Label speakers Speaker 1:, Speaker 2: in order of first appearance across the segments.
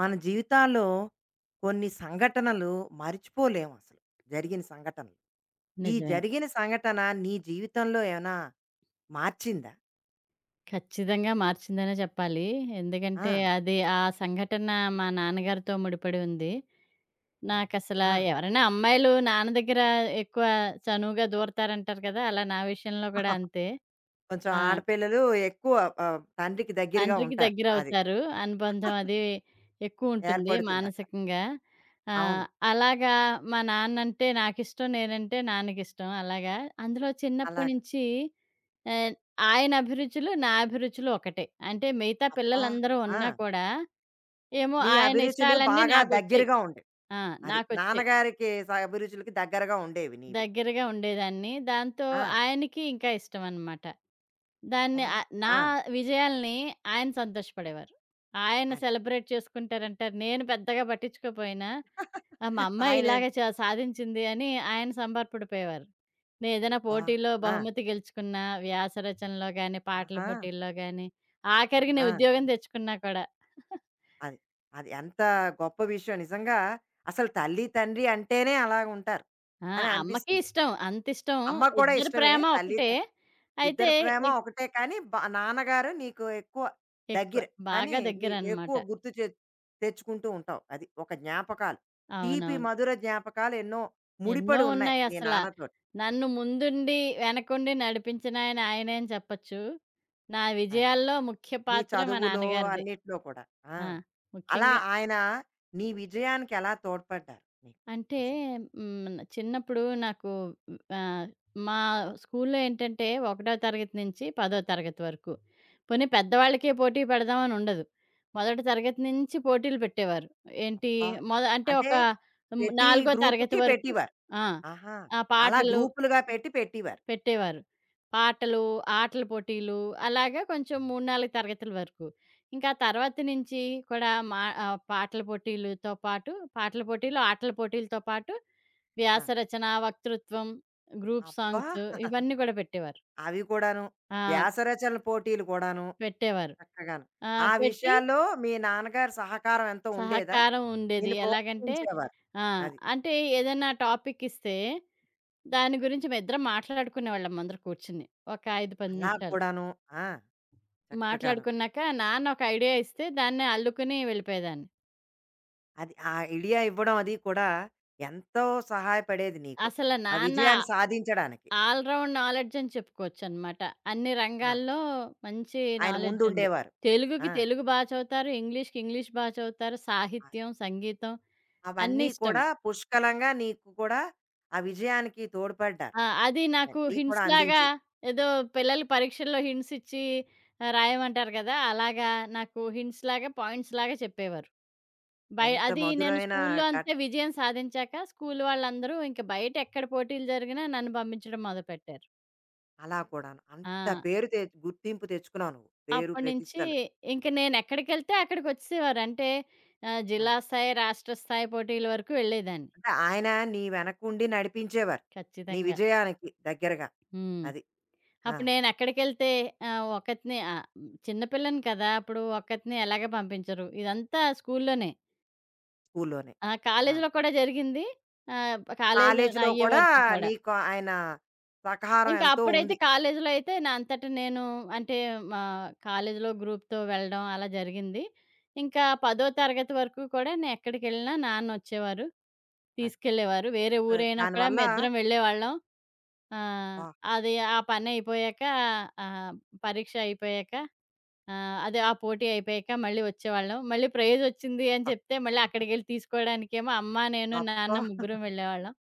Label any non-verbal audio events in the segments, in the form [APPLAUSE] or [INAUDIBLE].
Speaker 1: మన జీవితాల్లో కొన్ని సంఘటనలు మర్చిపోలేము అసలు. జరిగిన సంఘటనలు. ఈ
Speaker 2: నిజమే.
Speaker 1: జరిగిన సంఘటన నీ జీవితంలో ఏమైనా మార్చిందా?
Speaker 2: ఖచ్చితంగా మార్చిందనే చెప్పాలి.
Speaker 1: ఆ!
Speaker 2: ఎందుకంటే, అది ఆ సంఘటన మా నాన్నగారితో ముడిపడి ఉంది.
Speaker 1: అవును.
Speaker 2: నాకసలా
Speaker 1: ఆ!
Speaker 2: ఎవరైనా అమ్మాయిలు నాన్న దగ్గర ఎక్కువ చనువుగా దూరతారంటారు కదా! అలా నా విషయంలో కూడా
Speaker 1: [LAUGHS]
Speaker 2: అంతే.
Speaker 1: కొంచెం
Speaker 2: ఆ!
Speaker 1: ఆడపిల్లలు ఎక్కువ తండ్రికి దగ్గరగా
Speaker 2: తండ్రికి
Speaker 1: ఉంటారు. అది
Speaker 2: దగ్గరవుతారు. అనుబంధం అది ఎక్కువుంటుంది
Speaker 1: ఏర్పడుతుందక్కడ.
Speaker 2: మానసికంగా.
Speaker 1: అవును.
Speaker 2: ఆహ్, అలాగా మా నాన్నంటే నాకిష్టం, నేనంటే నాన్నకిష్టం అలాగా. అందులో చిన్నప్పటి
Speaker 1: అలాగా.
Speaker 2: నుంచి ఆహ్, ఆయన అభిరుచులు, నా అభిరుచులు ఒకటే. అంటే మిగతా
Speaker 1: అబ్బా!
Speaker 2: పిల్లలందరూ
Speaker 1: ఆ!
Speaker 2: ఉన్నా కూడా ఏమో
Speaker 1: మీ
Speaker 2: ఆయన
Speaker 1: అభిరుచులు
Speaker 2: ఇష్టాలన్నీ
Speaker 1: బాగా
Speaker 2: నాకొచ్చాయి.
Speaker 1: దగ్గరగా ఉండేవి.
Speaker 2: ఆ!
Speaker 1: అది.
Speaker 2: నాకొచ్చాయి.
Speaker 1: నాన్నగారికి అభిరుచులకి దగ్గరగా ఉండేవి నీవి.
Speaker 2: దగ్గరగా ఉండేదాన్ని. దాంతో
Speaker 1: ఆ!
Speaker 2: ఆయనకి ఇంకా ఇష్టమనమాట. దాన్ని
Speaker 1: అబ్బా!
Speaker 2: నా
Speaker 1: ఆ!
Speaker 2: విజయాల్ని ఆయన సంతోషపడేవారు. ఆయన
Speaker 1: అది.
Speaker 2: సెలబ్రేట్ చేసుకుంటారంటారు. నేను పెద్దగా పట్టించుకోపోయినా, మా
Speaker 1: [LAUGHS]
Speaker 2: అమ్మాయి
Speaker 1: ఆయన
Speaker 2: ఇలాగే సాధించింది అని ఆయన సంబరపడిపోయేవారు. నేనేదైనా
Speaker 1: అబ్బా!
Speaker 2: పోటీలో
Speaker 1: ఆ!
Speaker 2: బహుమతి గెలుచుకున్నా, వ్యాస రచనలో గాని, పాటల
Speaker 1: ఆహా!
Speaker 2: పోటీల్లో గాని, ఆఖరికి నేను
Speaker 1: ఆ!
Speaker 2: ఉద్యోగం తెచ్చుకున్నా కూడా.
Speaker 1: అది. అది ఎంత గొప్ప విషయం నిజంగా. అసలు తల్లి, తండ్రి అంటేనే అలాగుంటారు
Speaker 2: ఆ!
Speaker 1: అని
Speaker 2: అమ్మకి
Speaker 1: అనిపిస్తుంది.
Speaker 2: ఇష్టం. అంతిష్టం.
Speaker 1: అమ్మ కూడా
Speaker 2: ఇద్దరి
Speaker 1: ఇష్టమే.
Speaker 2: ప్రేమ
Speaker 1: తల్లి త
Speaker 2: ఒకటే. అయితే
Speaker 1: ఇద్దరి ప్రేమ
Speaker 2: ఇ
Speaker 1: ఒకటే కానీ నాన్నగారు నీకు ఎక్కువ
Speaker 2: ఎక్కువ.
Speaker 1: దగ్గర అని
Speaker 2: బాగా
Speaker 1: నీ
Speaker 2: దగ్గరనమాట.
Speaker 1: ఎక్కువ గుర్తు చే తెచ్చుకుంటూ ఉంటావు. అది ఒక జ్ఞాపకాలు. తీపి,
Speaker 2: అవునవును.
Speaker 1: మధుర జ్ఞాపకాలు ఎన్నో
Speaker 2: ఎన్నో
Speaker 1: ముడిపడి ఉన్నాయి మీ
Speaker 2: ఉన్నాయసల.
Speaker 1: నాన్నతోటి.
Speaker 2: నన్ను ముందుండి, వెనకుండి నడిపించినాయన ఆయనే అని చెప్పచ్చు. నా
Speaker 1: అది.
Speaker 2: విజయాల్లో ముఖ్య
Speaker 1: నీ
Speaker 2: పాత్ర మా
Speaker 1: చదువులో
Speaker 2: నాన్నగారిదే.
Speaker 1: అన్నిట్లో కూడా. ఆ!
Speaker 2: ఆ!
Speaker 1: అలా
Speaker 2: ముఖ్యంగా
Speaker 1: ఆయన నీ విజయానికి ఎలా తోడ్పడ్డారు నీకు
Speaker 2: అంటే
Speaker 1: అసలు?
Speaker 2: హ్మ్. చిన్నప్పుడు నాకు ఆహ్, మా స్కూల్లో ఏంటంటే, ఒకటో తరగతి నుంచి పదో తరగతి వరకు. పోనీ పెద్దవాళ్ళకే పోటీ పెడదామని ఉండదు. మొదటి తరగతి నుంచి పోటీలు పెట్టేవారు. ఏంటి
Speaker 1: అబ్బా!
Speaker 2: అంటే
Speaker 1: అంటే
Speaker 2: ఒక హ్మ్.
Speaker 1: ప్రతి
Speaker 2: నాలుగో తరగతి
Speaker 1: గ్రూప్‌కి
Speaker 2: వరకు
Speaker 1: పెట్టేవారు.
Speaker 2: ఆ!
Speaker 1: ఆహా!
Speaker 2: ఆ!
Speaker 1: అలా
Speaker 2: పాటలు
Speaker 1: గ్రూపులుగా పెట్టి పెట్టేవారు.
Speaker 2: పెట్టేవారు. పాటలు, ఆటల పోటీలు అలాగా కొంచెం 3, 4 తరగతుల వరకు. ఇంకా తర్వాత నుంచి కూడా మా ఆహ్, పాటల పోటీలతో పాటు పాటల పోటీలు, ఆటల పోటీలతో పాటు
Speaker 1: ఆ!
Speaker 2: వ్యాసరచన, వక్తృత్వం, గ్రూప్
Speaker 1: అబ్బా!
Speaker 2: సాంగ్స్ ఇవన్నీ కూడా పెట్టేవారు.
Speaker 1: అవి కూడాను.
Speaker 2: ఆ!
Speaker 1: వ్యాస రచనల పోటీలు కూడాను.
Speaker 2: పెట్టేవారు.
Speaker 1: చక్కగాను.
Speaker 2: ఆ!
Speaker 1: ఆ
Speaker 2: పెట్టి
Speaker 1: విషయాల్లో మీ నాన్నగారి సహకారం ఎంతో ఉండేదా?
Speaker 2: సహకారం ఉండేది.
Speaker 1: నిన్ను
Speaker 2: ఎలాగంటే
Speaker 1: ప్రోత్సహించేవారు.
Speaker 2: ఆ!
Speaker 1: అది.
Speaker 2: అంటే ఏదైనా టాపిక్ ఇస్తే దాని గురించి మేమిద్దరం మాట్లాడుకునేవాళ్ళం అందరూ కూర్చుని. ఒక 5, 10
Speaker 1: అలా
Speaker 2: నిమిషాలు.
Speaker 1: కూడాను. ఆ! చక్కగాను.
Speaker 2: మాట్లాడుకున్నాక నాన్న ఒక ఐడియా ఇస్తే దాన్ని అల్లుకుని వెళ్ళిపోయేదాన్ని.
Speaker 1: అది ఆ ఐడియా ఇవ్వడం అది కూడా ఎంతో సహాయపడేది నీకు.
Speaker 2: అసల
Speaker 1: ఆ
Speaker 2: నాన్న
Speaker 1: విజయాన్ని సాధించడానికి.
Speaker 2: ఆల్ రౌండ్ నాలెడ్జ్ అని చెప్పుకోవచ్చనమాట. అన్ని
Speaker 1: ఆ!
Speaker 2: రంగాల్లో మంచి
Speaker 1: ఆయన
Speaker 2: నాలెడ్జ్ ఉంది.
Speaker 1: ముందుండేవారు.
Speaker 2: తెలుగుకి
Speaker 1: ఆ!
Speaker 2: తెలుగు బా చదువుతారు. ఇంగ్లీష్‌కి ఇంగ్లీష్ బా చదువుతారు. సాహిత్యం, సంగీతం అన్నీ
Speaker 1: అవన్నీ కూడా
Speaker 2: ఇష్టమే.
Speaker 1: పుష్కలంగా నీకు కూడా ఆ విజయానికి తోడ్పడ్డారు.
Speaker 2: ఆ! అది
Speaker 1: మరి
Speaker 2: నాకు
Speaker 1: నీకు కూడా
Speaker 2: హింట్స్‌లాగా
Speaker 1: అందించి.
Speaker 2: ఏదో పిల్లలు పరీక్షల్లో హింట్స్ ఇచ్చి రాయమంటారు కదా! అలాగా నాకు హింట్స్‌లాగా, పాయింట్స్‌లాగా చెప్పేవారు.
Speaker 1: ఎంత
Speaker 2: అది నేను
Speaker 1: మధురమైన
Speaker 2: స్కూల్లో అంతే
Speaker 1: ఘట్
Speaker 2: విజయం సాధించాక స్కూల్ వాళ్ళందరూ ఇంక బయటెక్కడ పోటీలు జరిగినా నన్ను పంపించడం మొదలుపెట్టారు.
Speaker 1: అలా కూడాను.
Speaker 2: ఆ!
Speaker 1: అంత పేరు తె గుర్తింపు తెచ్చుకున్నావు నువ్వు. పేరు
Speaker 2: అప్పటినుంచి
Speaker 1: ప్రతిష్టలు.
Speaker 2: ఇంక నేనెక్కడికెళ్తే అక్కడికొచ్చేసేవారు. అంటే
Speaker 1: ఆ!
Speaker 2: జిల్లా స్థాయి, రాష్ట్ర స్థాయి పోటీల వరకు వెళ్ళేదాన్ని
Speaker 1: అంటే ఆయన నీ వెనకుండి నడిపించేవారు. నీ
Speaker 2: ఖచ్చితంగా.
Speaker 1: విజయానికి దగ్గరగా.
Speaker 2: హ్మ్.
Speaker 1: అది. ఆ!
Speaker 2: అప్పుడు నేనెక్కడికెళ్తే ఒక్కతినే చిన్న పిల్లని కదా! అప్పుడు ఒక్కతినే ఎలాగ పంపించరు. ఇదంతా స్కూల్లోనే.
Speaker 1: స్కూల్లోనే.
Speaker 2: ఆ!
Speaker 1: ఆ!
Speaker 2: కాలేజీలో కూడా జరిగింది. ఆహ్, కాలేజీ
Speaker 1: కాలేజీలో
Speaker 2: అయ్యే
Speaker 1: కూడా
Speaker 2: వరకు కూడా.
Speaker 1: నీకు ఆయన సహకారం
Speaker 2: ఇంకా
Speaker 1: ఎంతో
Speaker 2: అప్పుడైతే
Speaker 1: ఉంది.
Speaker 2: కాలేజీలో అయితే నా అంతట నేను అంటే మా కాలేజీలో గ్రూప్‌తో వెళ్ళడం అలా జరిగింది. ఇంకా 10వ తరగతి వరకు కూడా నేను ఎక్కడికెళ్ళినా నాన్న వచ్చేవారు.
Speaker 1: అది.
Speaker 2: తీసుకెళ్ళేవారు. వేరే
Speaker 1: ఆ,
Speaker 2: ఊరైనా కూడా
Speaker 1: దానివల్ల
Speaker 2: మేమిద్దరం వెళ్ళేవాళ్ళం. ఆహ్,
Speaker 1: అబ్బా!
Speaker 2: అది ఆ పని అయిపోయాక ఆహ్, పరీక్ష అయిపోయాక అదే ఆ పోటీ అయిపోయాక మళ్ళీ వచ్చేవాళ్ళం. మళ్ళీ ప్రైజ్ వచ్చింది అని
Speaker 1: అబ్బా!
Speaker 2: చెప్తే మళ్ళీ అక్కడికెళ్ళి తీసుకోవడానికేమో అమ్మ, నేను,
Speaker 1: అబ్బా!
Speaker 2: నాన్న ముగ్గురం వెళ్ళేవాళ్ళం.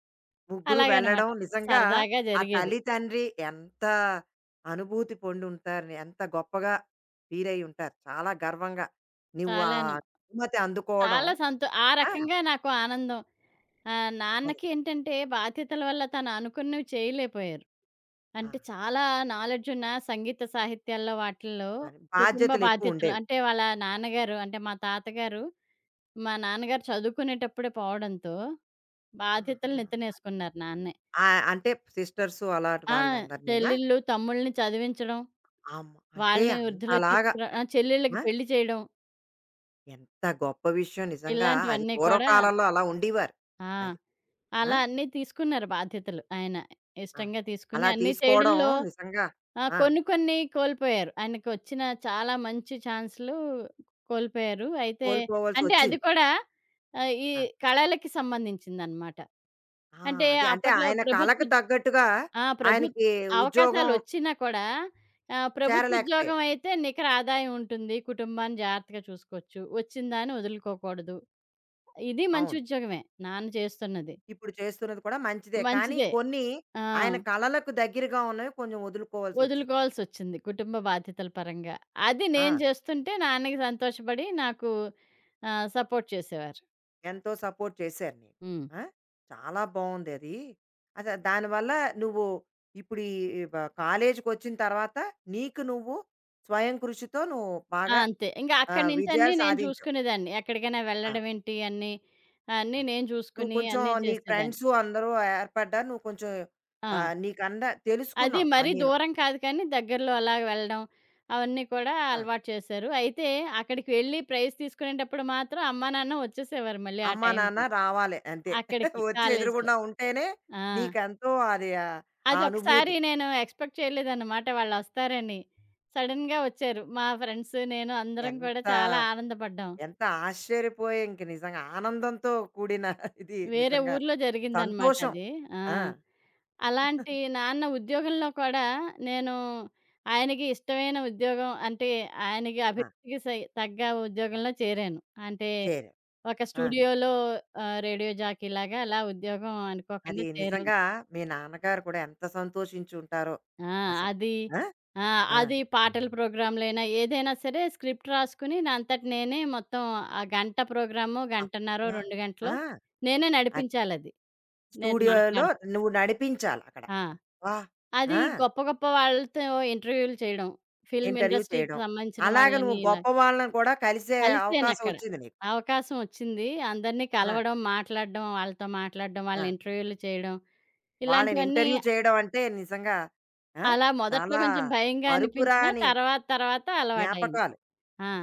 Speaker 1: ముగ్గురు వెళ్ళడం
Speaker 2: అలాగనమాట.
Speaker 1: నిజంగా
Speaker 2: సరదాగా
Speaker 1: ఆ
Speaker 2: జరిగేది.
Speaker 1: తల్లి తండ్రి ఎంత అనుభూతి పొంది ఉంటారు ఎంత గొప్పగా ఫీల్ అయి ఉంటారు చాలా గర్వంగా నువ్వు ఆ
Speaker 2: చాలాను.
Speaker 1: అనుమతి అందుకోవడం
Speaker 2: చాలా సంతో ఆ
Speaker 1: ఆ,
Speaker 2: రకంగా నాకు ఆనందం.
Speaker 1: అది,
Speaker 2: నాన్నకి ఏంటంటే బాధ్యతల వల్ల తను అనుకున్నవి చేయలేపోయారు.
Speaker 1: ఆ,
Speaker 2: అంటే
Speaker 1: అది.
Speaker 2: చాలా నాలెడ్జ్ ఉన్న సంగీత సాహిత్యాల్లో వాటిల్లో
Speaker 1: మరి
Speaker 2: కుటుంబ
Speaker 1: బాధ్యతలు ఎక్కువ
Speaker 2: బాధ్యతలు
Speaker 1: ఉండేవి
Speaker 2: అంటే వాళ్ళ నాన్నగారు అంటే మా తాతగారు, మా నాన్నగారు చదువుకునేటప్పుడే పోవడంతో
Speaker 1: ఆహా.
Speaker 2: బాధ్యతలు నెత్తనేసుకున్నారు నాన్నే.
Speaker 1: ఆ, అంటే సిస్టర్స్ అలాంటి
Speaker 2: ఆ!
Speaker 1: వాళ్ళందరినీనా
Speaker 2: చెల్లెళ్ళు, తమ్ముళ్ళని చదివించడం,
Speaker 1: అమ్మ అంటే
Speaker 2: వాళ్ళని వృద్ధిలోకి
Speaker 1: అంతలాగా
Speaker 2: తీసుకురా ఆ! చెల్లెళ్ళకి
Speaker 1: ఆ?
Speaker 2: పెళ్లి చేయడం
Speaker 1: ఎంత గొప్ప విషయం నిజంగా అది
Speaker 2: ఇలాంటివన్నీ కూడా
Speaker 1: పూర్వకాలంలో అలా ఉండేవారు
Speaker 2: ఆ!
Speaker 1: అది ఆ?
Speaker 2: అలా అన్నీ తీసుకున్నారు బాధ్యతలు ఆయన.
Speaker 1: ఆ.
Speaker 2: ఇష్టంగా తీసుకొని
Speaker 1: అలా
Speaker 2: అన్నీ
Speaker 1: తీసుకోవడం
Speaker 2: చేయడంలో
Speaker 1: నిజంగా
Speaker 2: ఆహ్,
Speaker 1: ఆ,
Speaker 2: కొన్ని కొన్ని కోల్పోయారు. ఆయనకొచ్చిన చాలా మంచి ఛాన్స్‌లు కోల్పోయారు. అయితే
Speaker 1: కోల్పోవలసి
Speaker 2: అంటే అది
Speaker 1: వచ్చింది
Speaker 2: కూడా ఈ
Speaker 1: ఆ!
Speaker 2: కళలకి సంబంధించిందనమాట.
Speaker 1: ఆ!
Speaker 2: అంటే
Speaker 1: అదే. అంటే
Speaker 2: అప్పట్లో
Speaker 1: ఆయన
Speaker 2: ప్రభుత్వ
Speaker 1: కళకు
Speaker 2: ఉద్
Speaker 1: తగ్గట్టుగా
Speaker 2: ఆ!
Speaker 1: ఆయనకి ఉద్యోగం
Speaker 2: అవకాశాలొచ్చినా కూడా
Speaker 1: చేరలేకపోయారు.
Speaker 2: ప్రభుత్వోద్యోగం అయితే నికర ఆదాయం ఉంటుంది. కుటుంబాన్ని జాగ్రత్తగా చూసుకోవచ్చు. వచ్చిన దాన్ని వదులుకోకూడదు. ఇది మంచి
Speaker 1: అవును.
Speaker 2: ఉద్యోగమే. నాన్న చేస్తున్నది.
Speaker 1: ఇప్పుడు చేస్తున్నది కూడా మంచిదే. కానీ
Speaker 2: మంచిదే.
Speaker 1: కొన్ని
Speaker 2: ఆ!
Speaker 1: ఆయన కళలకు దగ్గరగా ఉన్నవి కొంచెం వదులుకోవాల్సొచ్చింది.
Speaker 2: వదులుకోవాల్సొచ్చింది కుటుంబ బాధ్యతల పరంగా. అది నేను
Speaker 1: ఆ!
Speaker 2: చేస్తుంటే నాన్నకి సంతోషపడి నాకు సపోర్ట్ చేసేవారు.
Speaker 1: ఎంతో సపోర్ట్ చేశారు నీకు.
Speaker 2: హ్మ్.
Speaker 1: ఆ! చాలా బావుందది. అసలు దానివల్ల నువ్వు ఇప్పుడు ఈ బ కాలేజీకొచ్చిన తర్వాత నీకు నువ్వు స్వయం కృషితో నువ్వు
Speaker 2: ఆ!
Speaker 1: బాగా
Speaker 2: అంతే. ఇంక అక్కడి నుంచి అన్నీ
Speaker 1: విజయాలు
Speaker 2: నేను
Speaker 1: సాధించావు.
Speaker 2: చూసుకునేదాన్ని. ఎక్కడికైనా
Speaker 1: ఆ!
Speaker 2: వెళ్ళడం ఏంటి అన్నీ, అన్నీ
Speaker 1: అది.
Speaker 2: నేను
Speaker 1: నువ్వు
Speaker 2: చూసుకుని
Speaker 1: కొంచెం
Speaker 2: అన్నీ
Speaker 1: నీ
Speaker 2: చేసేదాన్ని.
Speaker 1: ఫ్రెండ్స్ అందరూ ఏర్పడ్డారు. నువ్వు కొంచెం
Speaker 2: ఆ!
Speaker 1: నీకంద
Speaker 2: అది
Speaker 1: తెలుసుకున్నావు
Speaker 2: మరీ
Speaker 1: అన్నీను.
Speaker 2: దూరం కాదు కానీ దగ్గరలో అలాగ వెళ్ళడం అవన్నీ కూడా
Speaker 1: ఆ!
Speaker 2: అలవాటు చేశారు. అయితే అక్కడికి వెళ్ళి ప్రైజ్ తీసుకునేటప్పుడు మాత్రం అమ్మా, నాన్న వచ్చేసేవారు మళ్ళీ ఆ
Speaker 1: అమ్మా, నాన్న
Speaker 2: టైంకి.
Speaker 1: రావాలి అంతే.
Speaker 2: అక్కడికి
Speaker 1: [LAUGHS] వచ్చి
Speaker 2: కాలేజ్‌లో.
Speaker 1: ఎదురుగుండా ఉంటేనే
Speaker 2: ఆ!
Speaker 1: నీకెంతో అది ఆ
Speaker 2: అదొకసారి
Speaker 1: అనుభూతి.
Speaker 2: నేను ఎక్స్‌పెక్ట్ చేయలేదనమాట వాళ్ళొస్తారని. సడెన్‌గా వచ్చారు. మా ఫ్రెండ్స్, నేను అందరం కూడా
Speaker 1: ఎంత,
Speaker 2: చాలా ఆనందపడ్డాం.
Speaker 1: ఎంత ఆశ్చర్యపోయే ఇంక నిజంగా ఆనందంతో కూడిన [LAUGHS] ఇది
Speaker 2: వేరే
Speaker 1: నిజంగా
Speaker 2: ఊర్లో జరిగిందనమాట
Speaker 1: సంతోషం.
Speaker 2: అది. ఆ!
Speaker 1: ఆ!
Speaker 2: అలాంటి నాన్న ఉద్యోగంలో కూడా నేను ఆయనకి ఇష్టమైన ఉద్యోగం అంటే, ఆయనకి
Speaker 1: ఆ!
Speaker 2: అభిరుచికి సై తగ్గ ఉద్యోగంలో చేరాను. అంటే,
Speaker 1: చేరావు.
Speaker 2: ఒక
Speaker 1: ఆ!
Speaker 2: స్టూడియోలో రేడియో జాకీలాగా అలా ఉద్యోగం
Speaker 1: అది
Speaker 2: అనుకోకుండా చేరాను.
Speaker 1: నిజంగా మీ నాన్నగారు కూడా ఎంత సంతోషించుంటారో
Speaker 2: ఆ!
Speaker 1: అసలు.
Speaker 2: అది.
Speaker 1: ఆ!
Speaker 2: ఆ!
Speaker 1: ఆ!
Speaker 2: అది పాటల ప్రోగ్రామ్‌లైనా ఏదైనా సరే స్క్రిప్ట్ రాసుకుని నా అంతట నేనే మొత్తం ఆ గంట ప్రోగ్రామో, గంటన్నరో,
Speaker 1: అబ్బా!
Speaker 2: 2 గంటలో
Speaker 1: ఆ!
Speaker 2: నేనే నడిపించాలది. నేను
Speaker 1: స్టూడియోలో
Speaker 2: మాట్లాడుతూ.
Speaker 1: నువ్వు నడిపించాలి అక్కడ.
Speaker 2: ఆ!
Speaker 1: అబ్బా!
Speaker 2: అది
Speaker 1: ఆ!
Speaker 2: గొప్ప గొప్ప వాళ్ళతో ఇంటర్వ్యూలు చేయడం. ఫిల్మ్
Speaker 1: ఇంటర్వ్యూ
Speaker 2: ఇండస్ట్రీకి
Speaker 1: చేయడం.
Speaker 2: సంబంధించిన
Speaker 1: అలాగ నువ్వు
Speaker 2: వాళ్ళని ఇలా
Speaker 1: గొప్ప వాళ్ళని కూడా కలిసే అవకాశం
Speaker 2: కలిసానక్కడ.
Speaker 1: వచ్చింది నీకు.
Speaker 2: అవకాశం వచ్చింది. అందరినీ
Speaker 1: ఆ!
Speaker 2: కలవడం, మాట్లాడడం, వాళ్ళతో మాట్లాడడం,
Speaker 1: ఆ!
Speaker 2: వాళ్ళని ఇంటర్వ్యూలు చేయడం.
Speaker 1: వాళ్ళని
Speaker 2: ఇలాంటివన్నీ
Speaker 1: ఇంటర్వ్యూ చేయడం అంటే నిజంగా ఆ!
Speaker 2: అలా మొదట్లో
Speaker 1: చాలా
Speaker 2: కొంచెం భయంగా అనిపించినా
Speaker 1: మరుపురాని
Speaker 2: తర్వాత తర్వాత అలవాటయింది.
Speaker 1: జ్ఞాపకాలు.
Speaker 2: ఆ!
Speaker 1: ఆ!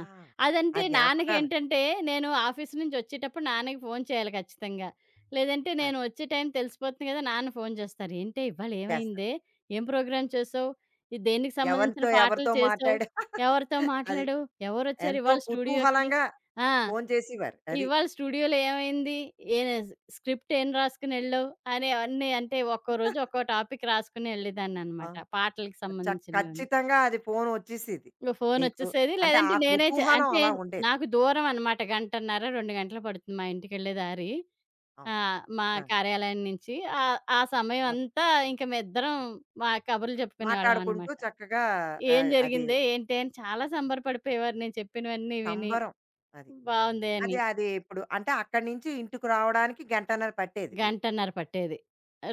Speaker 1: ఆ
Speaker 2: అదంటే
Speaker 1: జ్ఞాపకాలు
Speaker 2: నాన్నకేంటంటే, నేను ఆఫీస్ నుంచి వచ్చేటప్పుడు నాన్నకి ఫోను చేయాలి ఖచ్చితంగా. లేదంటే
Speaker 1: అది
Speaker 2: నేను వచ్చే టైం తెలిసిపోతుంది కదా! నాన్న ఫోను చేస్తారు. "ఏంటే ఇవాళ
Speaker 1: చేస్తా.
Speaker 2: ఏమైందే? ఏం ప్రోగ్రామ్ చేసావు? ఇది దేనికి సంబంధించిన
Speaker 1: ఎవరితో
Speaker 2: పాటలు
Speaker 1: ఎవరితో
Speaker 2: చేసావు?
Speaker 1: మాట్లాడా
Speaker 2: ఎవరితో
Speaker 1: [LAUGHS] అది
Speaker 2: మాట్లాడావు? ఎవరొచ్చారు
Speaker 1: ఎంతో
Speaker 2: ఇవాళ స్టూడియోకి?
Speaker 1: కుతూహలంగా
Speaker 2: ఆ!
Speaker 1: ఫోను చేసేవారు. అది.
Speaker 2: ఇవాళ స్టూడియోలో ఏమైంది? ఏ స్క్రిప్ట్ ఏం రాసుకొని ఎళ్ళావు?" అనేవన్నీ అంటే ఒక్కో రోజు ఒక్కో టాపిక్ రాసుకొని
Speaker 1: ఆ!
Speaker 2: వెళ్ళేదాన్ననమాట. పాటలకి
Speaker 1: చ
Speaker 2: సంబంధించినవన్నీ.
Speaker 1: ఖచ్చితంగా అది ఫోను వచ్చేసేది
Speaker 2: ఇంక
Speaker 1: నీకు.
Speaker 2: ఫోనొచ్చేసేది.
Speaker 1: అంటే
Speaker 2: లేదంటే
Speaker 1: ఆ
Speaker 2: నేనే చే
Speaker 1: కుతూహలం
Speaker 2: అంటే
Speaker 1: అలా ఉండేది.
Speaker 2: నాకు దూరం అనమాట. గంటన్నర, 2 గంటలు పడుతుంది మా ఇంటికెళ్ళే దారి.
Speaker 1: అవును.
Speaker 2: మా
Speaker 1: ఆ!
Speaker 2: కార్యాలయం నుంచి. ఆ సమయం
Speaker 1: ఆ!
Speaker 2: అంతా ఇంక మేమిద్దరం మా కబుర్లు చెప్పుకునేవాళ్ళం
Speaker 1: మాట్లాడుకుంటూ
Speaker 2: అనమాట.
Speaker 1: చక్కగా
Speaker 2: ఏం
Speaker 1: అది
Speaker 2: జరిగిందే, ఏంటి అని చాలా సంబరపడిపోయేవారు నేను చెప్పినవన్నీ విని.
Speaker 1: సంబరం. అది.
Speaker 2: బావుంది అని.
Speaker 1: అది ఇప్పుడు అంటే అక్కడి నుంచి ఇంటికి రావడానికి గంటన్నర పట్టేది నీకు.
Speaker 2: గంటన్నర పట్టేది.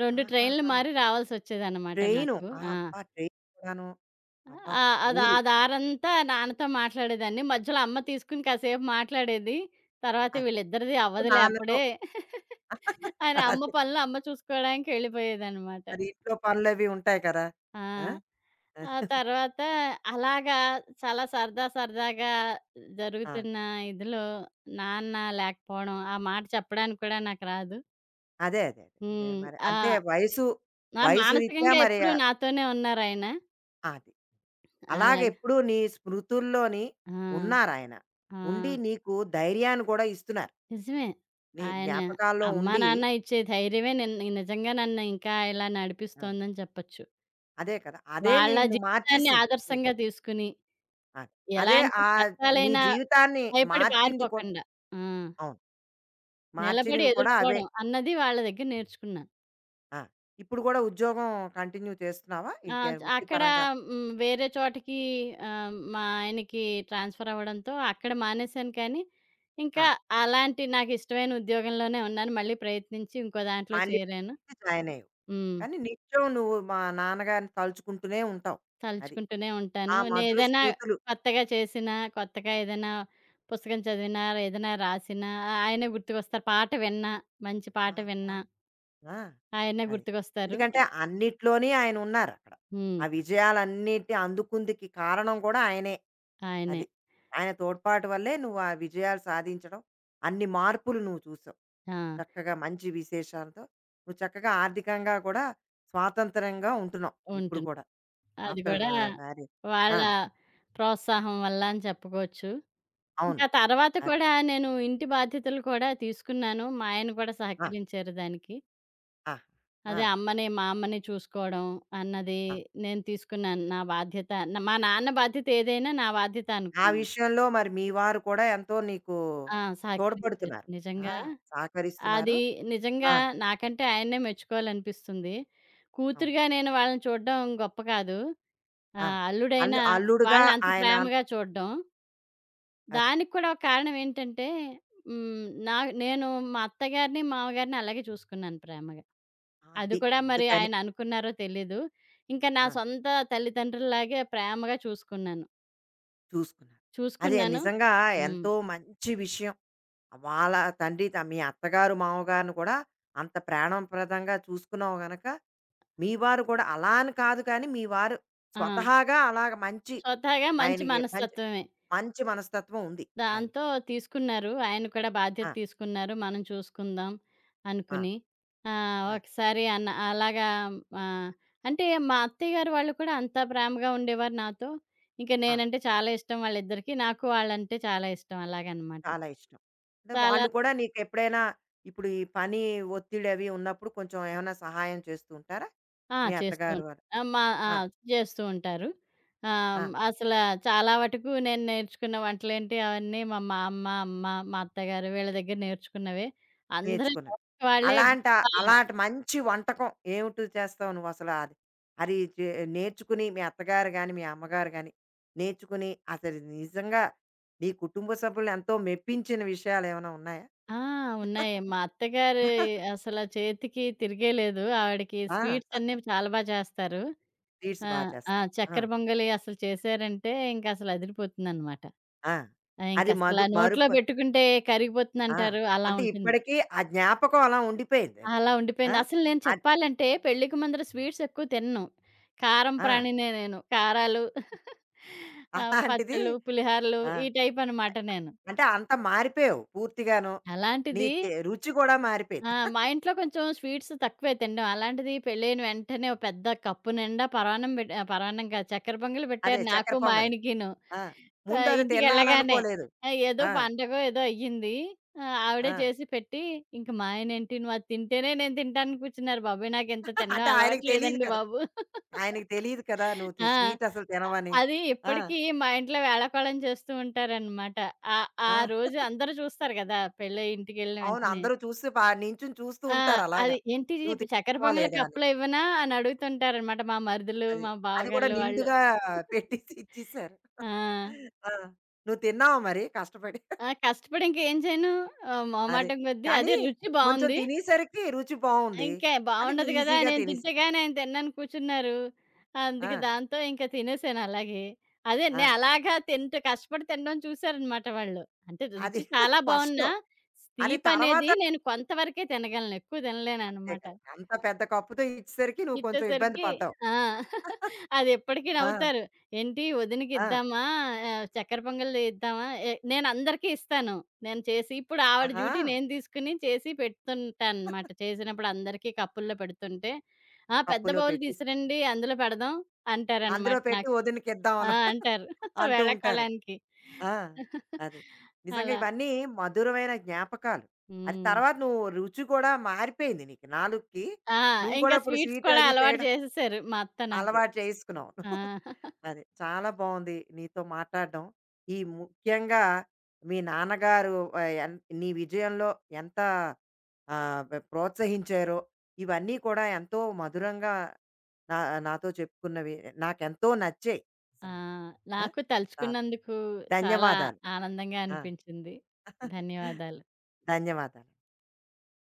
Speaker 2: 2 ట్రైన్లు
Speaker 1: ఆహాహా!
Speaker 2: మారి రావాల్సొచ్చేదనమాట
Speaker 1: ట్రైను.
Speaker 2: నాకు.
Speaker 1: ఆ!
Speaker 2: ఆ!
Speaker 1: అబ్బా! ట్రైన్ కూడాను. అబ్బా!
Speaker 2: ఆ! అది
Speaker 1: ఊరు.
Speaker 2: ఆ దారంతా నాన్నతో మాట్లాడేదాన్ని. మధ్యలో అమ్మ తీసుకొని కాసేపు మాట్లాడేది. తర్వాత
Speaker 1: అది.
Speaker 2: వీళ్ళిద్దరిది అవ్వదులే
Speaker 1: నాన్నతో
Speaker 2: అప్పుడే అని అమ్మ
Speaker 1: అదే
Speaker 2: పనులు అమ్మ చూసుకోవడానికి ఎళ్ళిపోయేదనమాట.
Speaker 1: మరి ఇంట్లో పనులవి ఉంటాయి కదా!
Speaker 2: ఆ!
Speaker 1: ఆ! అది.
Speaker 2: ఆ తర్వాత అలాగా చాలా సరదా సరదాగా
Speaker 1: ఆ!
Speaker 2: జరుగుతున్న ఇదిలో నాన్న లేకపోవడం, ఆ మాట చెప్పడానికి కూడా నాకు రాదు.
Speaker 1: అదే. అదే. అదే. అదే
Speaker 2: హ్మ్.
Speaker 1: మరి
Speaker 2: ఆ!
Speaker 1: అంటే
Speaker 2: ఆ!
Speaker 1: వయసు రీత్యా
Speaker 2: మానసికంగా
Speaker 1: మరి
Speaker 2: ఎప్పుడూ నాతోనే ఉన్నారాయన.
Speaker 1: అది. అలాగే
Speaker 2: అలాగే.
Speaker 1: ఎప్పుడూ నీ స్మృతుల్లోని
Speaker 2: ఆ!
Speaker 1: ఉన్నారాయన. ఉండి
Speaker 2: ఆ!
Speaker 1: నీకు ధైర్యాన్ని కూడా ఇస్తున్నారు.
Speaker 2: నిజమే.
Speaker 1: నీ
Speaker 2: ఆయన
Speaker 1: జ్ఞాపకాల్లో
Speaker 2: అమ్మా,
Speaker 1: ఉండి
Speaker 2: నాన్న ఇచ్చే ధైర్యమే నిన్ నిజంగా నన్ను ఇంకా ఇలా
Speaker 1: ఆ!
Speaker 2: నడిపిస్తోందని చెప్పొచ్చు.
Speaker 1: అదే కదా! అదే
Speaker 2: వాళ్ళ
Speaker 1: నిన్ను
Speaker 2: జీవితాన్ని
Speaker 1: మార్చేసింది. నీ
Speaker 2: ఆదర్శంగా తీసుకుని,
Speaker 1: అది. అదే
Speaker 2: ఎలాంటి
Speaker 1: నీ
Speaker 2: కష్టాలైనా
Speaker 1: జీవితాన్ని
Speaker 2: భయపడి
Speaker 1: మార్చింది కూడా
Speaker 2: పారిపోకండా ఆ!
Speaker 1: అవును.
Speaker 2: నిలబడి
Speaker 1: మార్చినవి కూడా అవే.
Speaker 2: ఎదుర్కోవడం అన్నది వాళ్ళ దగ్గర నేర్చుకున్నాను.
Speaker 1: ఆ! ఇప్పుడు కూడా ఉద్యోగం కంటిన్యూ చేస్తున్నావా?
Speaker 2: ఆ!
Speaker 1: ఇంకే
Speaker 2: అక్కడ
Speaker 1: వృత్తిపరంగా
Speaker 2: హ్మ్, వేరే చోటకి మా ఆయనకి ట్రాన్స్‌ఫర్ అవ్వడంతో అక్కడ మానేశాను కానీ,
Speaker 1: ఆ!
Speaker 2: ఇంకా అలాంటి నాకిష్టమైన ఉద్యోగంలోనే ఉన్నాను. మళ్ళీ ప్రయత్నించి ఇంకో దాంట్లో
Speaker 1: మళ్ళీ
Speaker 2: చేరాను.
Speaker 1: జాయిన్ అయ్యావు.
Speaker 2: హ్మ్.
Speaker 1: కానీ నిత్యం నువ్వు మా నాన్నగారిని తలుచుకుంటూనే ఉంటావు. అది.
Speaker 2: తలుచుకుంటూనే
Speaker 1: ఆ
Speaker 2: ఉంటాను.
Speaker 1: మధుర
Speaker 2: నేనేదైనా
Speaker 1: స్మృతులు.
Speaker 2: కొత్తగా చేసినా, కొత్తగా ఏదైనా పుస్తకం చదివినా, ఏదైనా రాసినా ఆయనే గుర్తుకొస్తారు. పాట విన్నా, మంచి
Speaker 1: ఆ!
Speaker 2: పాట
Speaker 1: అబ్బా!
Speaker 2: విన్నా
Speaker 1: ఆ!
Speaker 2: ఆయనే
Speaker 1: అది.
Speaker 2: గుర్తుకొస్తారు.
Speaker 1: ఎందుకంటే అన్నిట్లోని ఆయనున్నారక్కడ.
Speaker 2: హ్మ్.
Speaker 1: ఆ విజయాలన్నిటి అందుకుందికి కారణం కూడా ఆయనే.
Speaker 2: ఆయనే.
Speaker 1: అది. ఆయన తోడ్పాటు వల్లే నువ్వు ఆ విజయాలు సాధించడం, అన్ని మార్పులు నువ్వు చూసావు.
Speaker 2: ఆ!
Speaker 1: చక్కగా మంచి విశేషాలతో నువ్వు చక్కగా ఆర్థికంగా కూడా స్వాతంత్రంగా ఉంటున్నావు. ఇప్పుడు
Speaker 2: ఉంటుంది.
Speaker 1: కూడా
Speaker 2: అది
Speaker 1: ఆఫ్టర్
Speaker 2: కూడా
Speaker 1: మ్యారేజ్. ఆ!
Speaker 2: వాళ్ళ ప్రోత్సాహం వల్ల అని చెప్పుకోవచ్చు.
Speaker 1: అవును.
Speaker 2: ఇంకా తర్వాత
Speaker 1: అదే.
Speaker 2: కూడా నేను ఇంటి బాధ్యతలు కూడా తీసుకున్నాను. మా ఆయన కూడా
Speaker 1: ఆ!
Speaker 2: సహకరించారు దానికి.
Speaker 1: ఆ! ఆ!
Speaker 2: అదే అమ్మని, మా అమ్మని చూసుకోవడం అన్నది
Speaker 1: ఆ!
Speaker 2: నేను తీసుకున్నాను. నా బాధ్యత న మా నాన్న బాధ్యత ఏదైనా నా బాధ్యత
Speaker 1: ఆ
Speaker 2: అనుకున్నాను.
Speaker 1: విషయంలో మరి మీ వారు కూడా ఎంతో నీకు
Speaker 2: ఆ! సహకరించారు.
Speaker 1: తోడ్పడుతున్నారు. ఆ!
Speaker 2: నిజంగా
Speaker 1: సహకరిస్తున్నారు.
Speaker 2: అది నిజంగా
Speaker 1: ఆ!
Speaker 2: నాకంటే ఆయన్నే మెచ్చుకోవాలనిపిస్తుంది.
Speaker 1: అవును.
Speaker 2: కూతురుగా నేను వాళ్ళని చూడడం గొప్ప కాదు. ఆ!
Speaker 1: ఆ!
Speaker 2: అల్లుడైనా
Speaker 1: అల్లుడుగా
Speaker 2: వాళ్ళని అంత
Speaker 1: ఆయన అది.
Speaker 2: ప్రేమగా చూడడం. దానికి కూడా ఒక కారణం ఏంటంటే, హ్మ్. నా నేను మా అత్తగారిని, మామగారిని అలాగే చూసుకున్నాను ప్రేమగా. అది
Speaker 1: అది.
Speaker 2: కూడా మరి
Speaker 1: అందుకని.
Speaker 2: ఆయన అనుకున్నారో తెలీదు. ఇంకా నా
Speaker 1: ఆ!
Speaker 2: సొంత తల్లిదండ్రుల్లాగే ప్రేమగా చూసుకున్నాను.
Speaker 1: చూసుకున్నారు. అదే
Speaker 2: చూసుకున్నాను.
Speaker 1: నిజంగా
Speaker 2: హ్మ్.
Speaker 1: ఎంతో మంచి విషయం. వాళ్ళ తండ్రి త మీ అత్తగారు, మామగారిని కూడా అంత ప్రాణప్రదంగా చూసుకున్నావు గనక, మీ వారు కూడా అలా అని కాదు కానీ, మీ వారు
Speaker 2: ఆ!
Speaker 1: స్వతహాగా అలాగ మంచి
Speaker 2: స్వతహాగా మంచి
Speaker 1: ఆయనకి మంచి
Speaker 2: మనస్తత్వమే.
Speaker 1: మంచి మనస్తత్వం ఉంది ఆయనకి.
Speaker 2: దాంతో తీసుకున్నారు. ఆయన కూడా బాధ్యత
Speaker 1: ఆ!
Speaker 2: తీసుకున్నారు. మనం చూసుకుందాం
Speaker 1: ఆ!
Speaker 2: అనుకుని. ఆహ్,
Speaker 1: అది.
Speaker 2: ఒకసారి అన్న అలాగా ఆహ్, అంటే మా అత్తయ్య గారు వాళ్ళు కూడా అంత ప్రేమగా ఉండేవారు నాతో. ఇంక
Speaker 1: ఆ!
Speaker 2: నేనంటే చాలా ఇష్టం వాళ్ళిద్దరికీ. నాకు వాళ్ళంటే చాలా ఇష్టం అలాగనమాట.
Speaker 1: చాలా ఇష్టం. అంటే
Speaker 2: చాలా
Speaker 1: వాళ్ళు కూడా నీకెప్పుడైనా ఇప్పుడు ఈ పని ఒత్తిడి అవి ఉన్నప్పుడు కొంచెం ఏమైనా సహాయం చేస్తూ ఉంటారా?
Speaker 2: ఆ!
Speaker 1: మీ
Speaker 2: చేస్తూ
Speaker 1: అత్తగారు
Speaker 2: ఉంటారు.
Speaker 1: వారు?
Speaker 2: ఆ! మా ఆ!
Speaker 1: ఆ!
Speaker 2: చేస్తూ ఉంటారు.
Speaker 1: ఆ!
Speaker 2: ఆహ్, అసల చాలా వటుకు నేను నేర్చుకున్న వంటలేంటి అవన్నీ మా మా అమ్మ, అమ్మ, మా అత్తగారు వీళ్ళ దగ్గర నేర్చుకున్నవే. అందరూ
Speaker 1: నేర్చుకున్నవి.
Speaker 2: ఎవరికి వాళ్ళే
Speaker 1: అలాంట
Speaker 2: గొప్ప
Speaker 1: అలాంటి మంచి వంటకం ఏమిటి చేస్తావు నువ్వు అసలు? అది అది చే నేర్చుకుని మీ అత్తగారు గాని, మీ అమ్మగారు గాని నేర్చుకుని అసలు నిజంగా మీ కుటుంబ సభ్యుల్ని ఎంతో మెప్పించిన విషయాలేమైనా ఉన్నాయా?
Speaker 2: ఆ! ఉన్నాయి. మా అత్తగారి అసల చేతికి తిరిగే లేదు. ఆవిడకి స్వీట్స్
Speaker 1: ఆ!
Speaker 2: అన్నీ చాలా బా చేస్తారు.
Speaker 1: స్వీట్స్
Speaker 2: ఆ! ఆ!
Speaker 1: చేస్తారు. ఆ!
Speaker 2: చక్కెర పొంగలి అసలు చేశారంటే ఇంకసలు అదిరిపోతుందనమాట.
Speaker 1: ఆ!
Speaker 2: ఆ!
Speaker 1: అది
Speaker 2: ఇంకసల నోట్లో
Speaker 1: మరుపు
Speaker 2: పెట్టుకుంటే
Speaker 1: ఆ!
Speaker 2: కరిగిపోతుందంటారు. అలా
Speaker 1: అంటే
Speaker 2: ఉంటుంది.
Speaker 1: ఇప్పటికీ ఆ జ్ఞాపకం అలా ఉండిపోయింది అది.
Speaker 2: అలా
Speaker 1: ఆ!
Speaker 2: ఉండిపోయింది. అసలు నేను
Speaker 1: అద్
Speaker 2: చెప్పాలంటే పెళ్ళికి ముందర స్వీట్స్ ఎక్కువ తినను. కారం
Speaker 1: ఆ!
Speaker 2: ప్రాణినే నేను. కారాలు ఆ!
Speaker 1: అలాంటిది
Speaker 2: పచ్చళ్ళు, పులిహారలు
Speaker 1: ఆ!
Speaker 2: ఈ టైపనమాట నేను.
Speaker 1: అంటే అంత మారిపోయావు పూర్తిగాను. నీ
Speaker 2: అలాంటిది
Speaker 1: రుచి కూడా
Speaker 2: ఆ!
Speaker 1: మారిపోయింది.
Speaker 2: మా ఇంట్లో కొంచెం స్వీట్స్ తక్కువే తినడం. అలాంటిది పెళ్ళైన వెంటనే ఓ పెద్ద కప్పు నిండా పరమాన్నం కాదు చక్కెర పొంగలి
Speaker 1: అదే
Speaker 2: పెట్టారు
Speaker 1: చక్కెర
Speaker 2: నాకు, మా
Speaker 1: పొంగలి.
Speaker 2: ఆయనకిను.
Speaker 1: ఆ! ముందు అది
Speaker 2: ఇంటికెళ్ళగానే
Speaker 1: తినాలనుకోలేదు.
Speaker 2: ఏదో
Speaker 1: ఆ!
Speaker 2: పండగో ఏదో అయ్యింది. ఆ! ఆవిడే
Speaker 1: ఆ!
Speaker 2: చేసి పెట్టి, ఇంక మా ఆయనేంటి "నువ్వు అది తింటేనే నేను తింటానికి కూర్చున్నారు బాబోయ్! నాకింత తినడం
Speaker 1: అంటే ఆయనకి
Speaker 2: అలవాటు
Speaker 1: తెలీదు
Speaker 2: లేదండి
Speaker 1: కదా!
Speaker 2: బాబు."
Speaker 1: ఆయనకి తెలీదు కదా! నువ్వు
Speaker 2: ఆ!
Speaker 1: స్వీట్ అసలు తినవని.
Speaker 2: అది
Speaker 1: ఆ!
Speaker 2: ఇప్పటికీ మా ఇంట్లో వేళాకోళం చేస్తూ ఉంటారనమాట. ఆ ఆ
Speaker 1: ఆ!
Speaker 2: రోజు అందరూ చూస్తారు గదా! పెళ్ళై ఇంటికెళ్ళిన
Speaker 1: అవును.
Speaker 2: వెంటనే.
Speaker 1: అందరూ చూస్తూ నించుని చూస్తూ
Speaker 2: ఆ!
Speaker 1: ఉంటారు అలాగా.
Speaker 2: అది ఏంటి
Speaker 1: నువ్వు
Speaker 2: చక్కెర
Speaker 1: తింటున్నావా
Speaker 2: పొంగలి
Speaker 1: లేదా అని.
Speaker 2: కప్పులో ఇవ్వనా? అని అడుగుతుంటారనమాట మా మరుదులు,
Speaker 1: అది.
Speaker 2: మా
Speaker 1: అది కూడా
Speaker 2: బావగార్లు వాళ్ళు.
Speaker 1: నిండుగా పెట్టేసి [LAUGHS] ఇచ్చేసారు.
Speaker 2: ఆ!
Speaker 1: ఆ! నువ్వు తిన్నావా మరి కష్టపడి?
Speaker 2: ఆ! కష్టపడి ఇంకేం చేయను.
Speaker 1: అదే.
Speaker 2: మొహమాటం కొద్దీ
Speaker 1: కానీ
Speaker 2: అదే రుచి
Speaker 1: కొంచెం
Speaker 2: బావుంది.
Speaker 1: తినేసరికి రుచి బావుంది.
Speaker 2: ఇంకా
Speaker 1: అది
Speaker 2: బావుండదు కదా!
Speaker 1: ఈజీగా
Speaker 2: నేను తింటే
Speaker 1: తినేసావు.
Speaker 2: గాని ఆయన తిననని కూర్చున్నారు.
Speaker 1: ఆ!
Speaker 2: అందుకే దాంతో ఇంకా తినేసాను అలాగే. అదే
Speaker 1: ఆ!
Speaker 2: నే అలాగా తింటూ కష్టపడి తినడం చూసారనమాట వాళ్ళు. అంటే
Speaker 1: అది
Speaker 2: రుచి
Speaker 1: [LAUGHS]
Speaker 2: చాలా
Speaker 1: ఫస్ట్‌లో.
Speaker 2: బావున్నా
Speaker 1: అది తర్వాత
Speaker 2: తీపనేది నేను కొంతవరకే తినగలను. ఎక్కువ
Speaker 1: అంతే
Speaker 2: తినలేననమాట.
Speaker 1: కదా! అంత పెద్ద కప్పుతో ఇచ్చేసరికి నువ్వు కొంచెం ఇబ్బంది
Speaker 2: ఇచ్చేసరికి
Speaker 1: పడ్డావు.
Speaker 2: ఆ!
Speaker 1: [LAUGHS]
Speaker 2: [LAUGHS] అది ఇప్పటికి
Speaker 1: ఆ!
Speaker 2: నవ్వుతారు. "ఏంటి వదినకి
Speaker 1: ఆ!
Speaker 2: ఇద్దామా? చక్కెర పొంగల్ ఇద్దామా?" నేను అందరికీ ఇస్తాను. నేను చేసి ఇప్పుడు ఆవిడ
Speaker 1: ఆహా!
Speaker 2: డ్యూటీ నేను తీసుకొని చేసి పెడుతుంటానన్నమాట. చేసినప్పుడు అందరికీ కప్పుల్లో పెడుతుంటే, "ఆ! పెద్ద
Speaker 1: కప్పులో
Speaker 2: బౌల్
Speaker 1: పెట్టిస్తాను.
Speaker 2: తీసురండి అందులో పెడదాం"
Speaker 1: అందులో
Speaker 2: అంటారన్నమాట
Speaker 1: పెట్టి
Speaker 2: నాకు.
Speaker 1: వదినకిద్దాం
Speaker 2: ఆ!
Speaker 1: అని [LAUGHS]
Speaker 2: అంటారు [LAUGHS]
Speaker 1: అంటూ ఉంటారు.
Speaker 2: వేళాకోళానికి.
Speaker 1: ఆ! అది. నిజంగా
Speaker 2: అలా.
Speaker 1: ఇవన్నీ మధురమైన జ్ఞాపకాలు. అది
Speaker 2: హ్మ్.
Speaker 1: తర్వాత నువ్వు రుచి కూడా మారిపోయింది నీకు నాలుకకి.
Speaker 2: ఆ!
Speaker 1: నువ్వు కూడా
Speaker 2: ఇంకా
Speaker 1: ఇప్పుడు
Speaker 2: స్వీట్స్
Speaker 1: స్వీట్
Speaker 2: కూడా
Speaker 1: అవి
Speaker 2: అలవాటు
Speaker 1: చేయడం
Speaker 2: చేసేసారు మా అత్త నాకు.
Speaker 1: అలవాటు చేసుకున్నావు. నువ్వు.
Speaker 2: ఆ!
Speaker 1: [LAUGHS] అది. చాలా బావుంది నీతో మాట్లాడడం. ఈ ముఖ్యంగా మీ నాన్నగారు ఆహ్, ఎన్ నీ విజయంలో ఎంత ప్రోత్సహించారో, ఇవన్నీ కూడా ఎంతో మధురంగా నా నాతో చెప్పుకున్నవి నాకెంతో నచ్చాయి
Speaker 2: ఆ!
Speaker 1: నిజంగా. ఆ!
Speaker 2: నాకు
Speaker 1: ఆ!
Speaker 2: తలుచుకున్నందుకు చాలా
Speaker 1: ధన్యవాదాలు.
Speaker 2: ఆనందంగా
Speaker 1: ఆ!
Speaker 2: అనిపించింది.
Speaker 1: [LAUGHS]
Speaker 2: ధన్యవాదాలు.
Speaker 1: ధన్యవాదాలు.